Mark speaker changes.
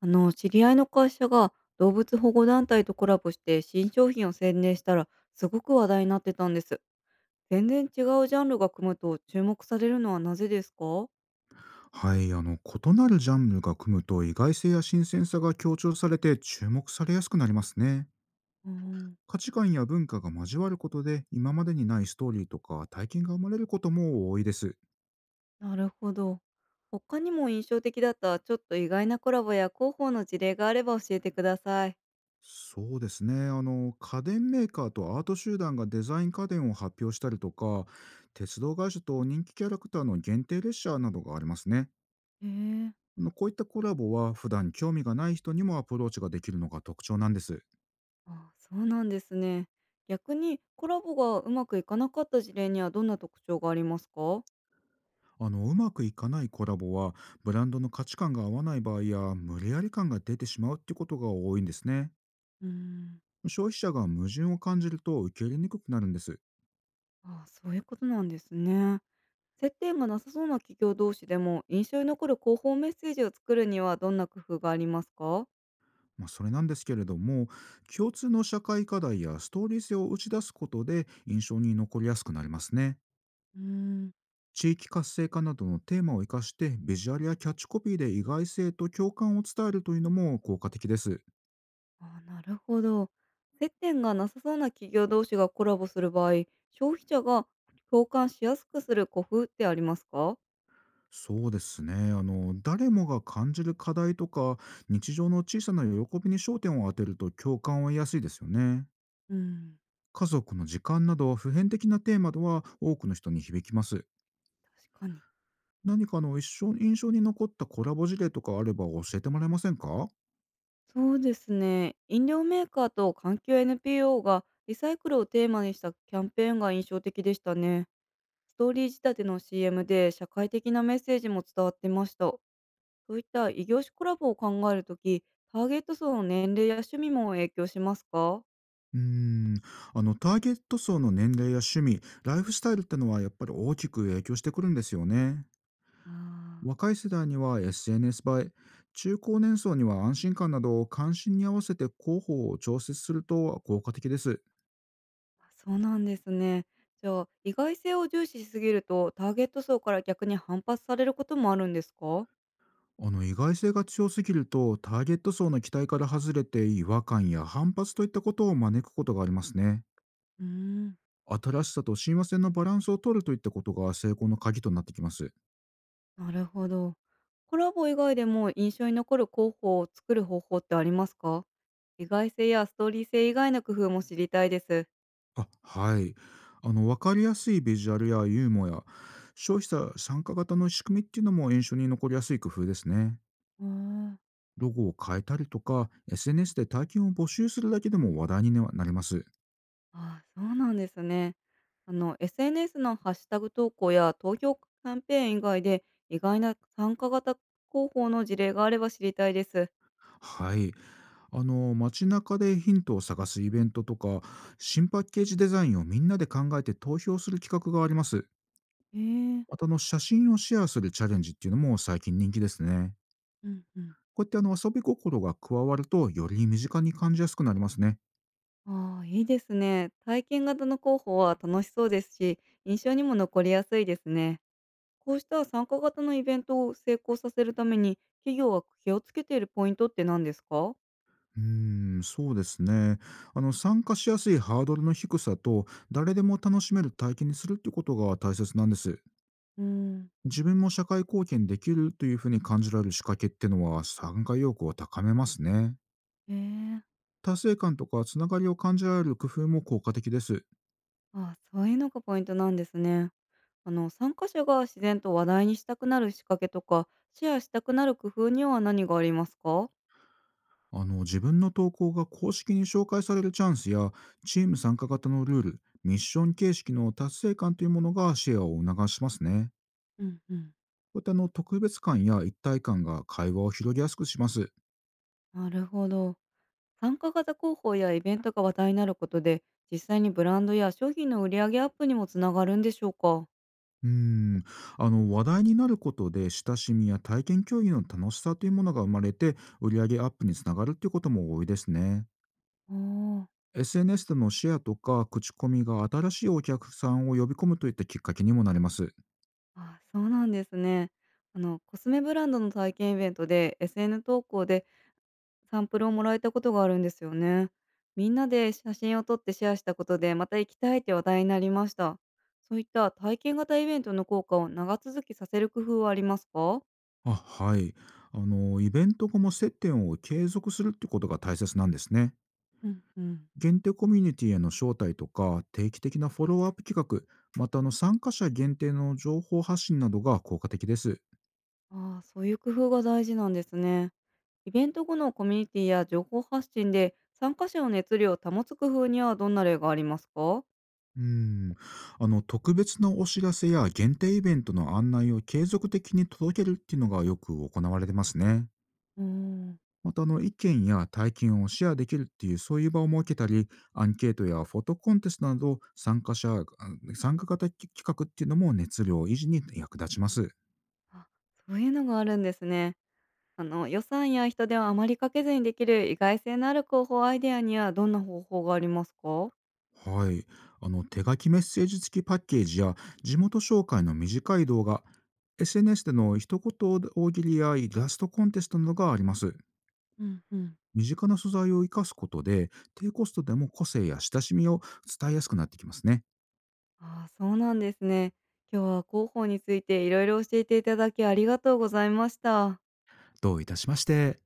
Speaker 1: 知り合いの会社が動物保護団体とコラボして新商品を宣伝したらすごく話題になってたんです。全然違うジャンルが組むと注目されるのはなぜですか？
Speaker 2: はい、異なるジャンルが組むと意外性や新鮮さが強調されて注目されやすくなりますね。
Speaker 1: うん。
Speaker 2: 価値観や文化が交わることで今までにないストーリーとか体験が生まれることも多いです。
Speaker 1: なるほど。他にも印象的だったちょっと意外なコラボや広報の事例があれば教えてください。
Speaker 2: そうですね。家電メーカーとアート集団がデザイン家電を発表したりとか、鉄道会社と人気キャラクターの限定列車などがありますね。
Speaker 1: へえ。
Speaker 2: こういったコラボは普段興味がない人にもアプローチができるのが特徴なんです。
Speaker 1: あ、そうなんですね。逆にコラボがうまくいかなかった事例にはどんな特徴がありますか？
Speaker 2: うまくいかないコラボは、ブランドの価値観が合わない場合や無理やり感が出てしまうってことが多いんですね。
Speaker 1: うん。
Speaker 2: 消費者が矛盾を感じると受け入れにくくなるんです。
Speaker 1: あ、そういうことなんですね。接点がなさそうな企業同士でも印象に残る広報メッセージを作るにはどんな工夫がありますか？
Speaker 2: まあ、それなんですけれども、共通の社会課題やストーリー性を打ち出すことで印象に残りやすくなりますね。
Speaker 1: うーん。
Speaker 2: 地域活性化などのテーマを生かしてビジュアルやキャッチコピーで意外性と共感を伝えるというのも効果的です。
Speaker 1: あ、なるほど。接点がなさそうな企業同士がコラボする場合、消費者が共感しやすくする工夫ってありますか？
Speaker 2: そうですね。あの、誰もが感じる課題とか、日常の小さな喜びに焦点を当てると共感を得やすいですよね。
Speaker 1: うん。
Speaker 2: 家族の時間など普遍的なテーマでは多くの人に響きます。
Speaker 1: 確かに。
Speaker 2: 何か一生印象に残ったコラボ事例とかあれば教えてもらえませんか？
Speaker 1: そうですね。飲料メーカーと環境 NPO がリサイクルをテーマにしたキャンペーンが印象的でしたね。ストーリー仕立ての CM で社会的なメッセージも伝わってました。そういった異業種コラボを考えるとき、ターゲット層の年齢や趣味も影響しますか？
Speaker 2: うーん、ターゲット層の年齢や趣味、ライフスタイルってのはやっぱり大きく影響してくるんですよね。
Speaker 1: あ
Speaker 2: 若い世代には SNS 映え、中高年層には安心感などを関心に合わせて広報を調節すると効果的です。
Speaker 1: あ、そうなんですね。じゃあ、意外性を重視しすぎると、ターゲット層から逆に反発されることもあるんですか？
Speaker 2: 意外性が強すぎるとターゲット層の期待から外れて違和感や反発といったことを招くことがありますね。
Speaker 1: うーん。
Speaker 2: 新しさと親和性のバランスを取るといったことが成功の鍵となってきます。
Speaker 1: なるほど。コラボ以外でも印象に残る候補を作る方法ってありますか？意外性やストーリー性以外の工夫も知りたいです。
Speaker 2: あ、はい。分かりやすいビジュアルやユーモア、消費者参加型の仕組みっていうのも印象に残りやすい工夫ですね。
Speaker 1: へえ。
Speaker 2: ロゴを変えたりとか、SNS で体験を募集するだけでも話題になります。
Speaker 1: ああ、そうなんですね。SNS のハッシュタグ投稿や投票キャンペーン以外で、意外な参加型広報の事例があれば知りたいです。
Speaker 2: はい。あの、街中でヒントを探すイベントとか、新パッケージデザインをみんなで考えて投票する企画があります。
Speaker 1: ええ。
Speaker 2: また、あの、写真をシェアするチャレンジっていうのも最近人気ですね。
Speaker 1: うんうん。
Speaker 2: こうやって遊び心が加わると、より身近に感じやすくなりますね。
Speaker 1: ああ、いいですね。体験型の広報は楽しそうですし、印象にも残りやすいですね。こうした参加型のイベントを成功させるために、企業は気をつけているポイントって何ですか？
Speaker 2: うーん、そうですね。あの、参加しやすいハードルの低さと、誰でも楽しめる体験にするってことが大切なんです。
Speaker 1: うん。
Speaker 2: 自分も社会貢献できるというふうに感じられる仕掛けってのは参加意欲を高めますね。
Speaker 1: ええ。
Speaker 2: 達成感とかつながりを感じられる工夫も効果的です。
Speaker 1: ああ、そういうのがポイントなんですね。参加者が自然と話題にしたくなる仕掛けとか、シェアしたくなる工夫には何がありますか？
Speaker 2: 自分の投稿が公式に紹介されるチャンスやチーム参加型のルール、ミッション形式の達成感というものがシェアを促しますね。
Speaker 1: うんうん。
Speaker 2: こういった特別感や一体感が会話を広げやすくします。
Speaker 1: なるほど。参加型広報やイベントが話題になることで、実際にブランドや商品の売り上げアップにもつながるんでしょうか？
Speaker 2: うーん、話題になることで親しみや体験共有の楽しさというものが生まれて売上アップにつながるっていうことも多いですね。
Speaker 1: おー。
Speaker 2: SNS でのシェアとか口コミが新しいお客さんを呼び込むといったきっかけにもなります。
Speaker 1: ああ、そうなんですね。コスメブランドの体験イベントで SN 投稿でサンプルをもらえたことがあるんですよね。みんなで写真を撮ってシェアしたことで、また行きたいって話題になりました。そういった体験型イベントの効果を長続きさせる工夫はありますか？
Speaker 2: あ、はい。イベント後も接点を継続するってことが大切なんですね。
Speaker 1: うんうん。
Speaker 2: 限定コミュニティへの招待とか定期的なフォローアップ企画、また参加者限定の情報発信などが効果的です。
Speaker 1: ああ、そういう工夫が大事なんですね。イベント後のコミュニティや情報発信で参加者の熱量を保つ工夫にはどんな例がありますか？
Speaker 2: うん。あの、特別なお知らせや限定イベントの案内を継続的に届けるっていうのがよく行われてますね。
Speaker 1: うーん。
Speaker 2: また、あの、意見や体験をシェアできるっていう、そういう場を設けたり、アンケートやフォトコンテストなど、参加型企画っていうのも熱量維持に役立ちます。
Speaker 1: あ、そういうのがあるんですね。あの、予算や人手をあまりかけずにできる意外性のある広報アイデアにはどんな方法がありますか？
Speaker 2: はい。あの、手書きメッセージ付きパッケージや、地元紹介の短い動画、SNS での一言大喜利やイラストコンテストなどがあります。
Speaker 1: うんうん。
Speaker 2: 身近な素材を生かすことで、低コストでも個性や親しみを伝えやすくなってきますね。
Speaker 1: ああ、そうなんですね。今日は広報についていろいろ教えていただきありがとうございました。
Speaker 2: どういたしまして。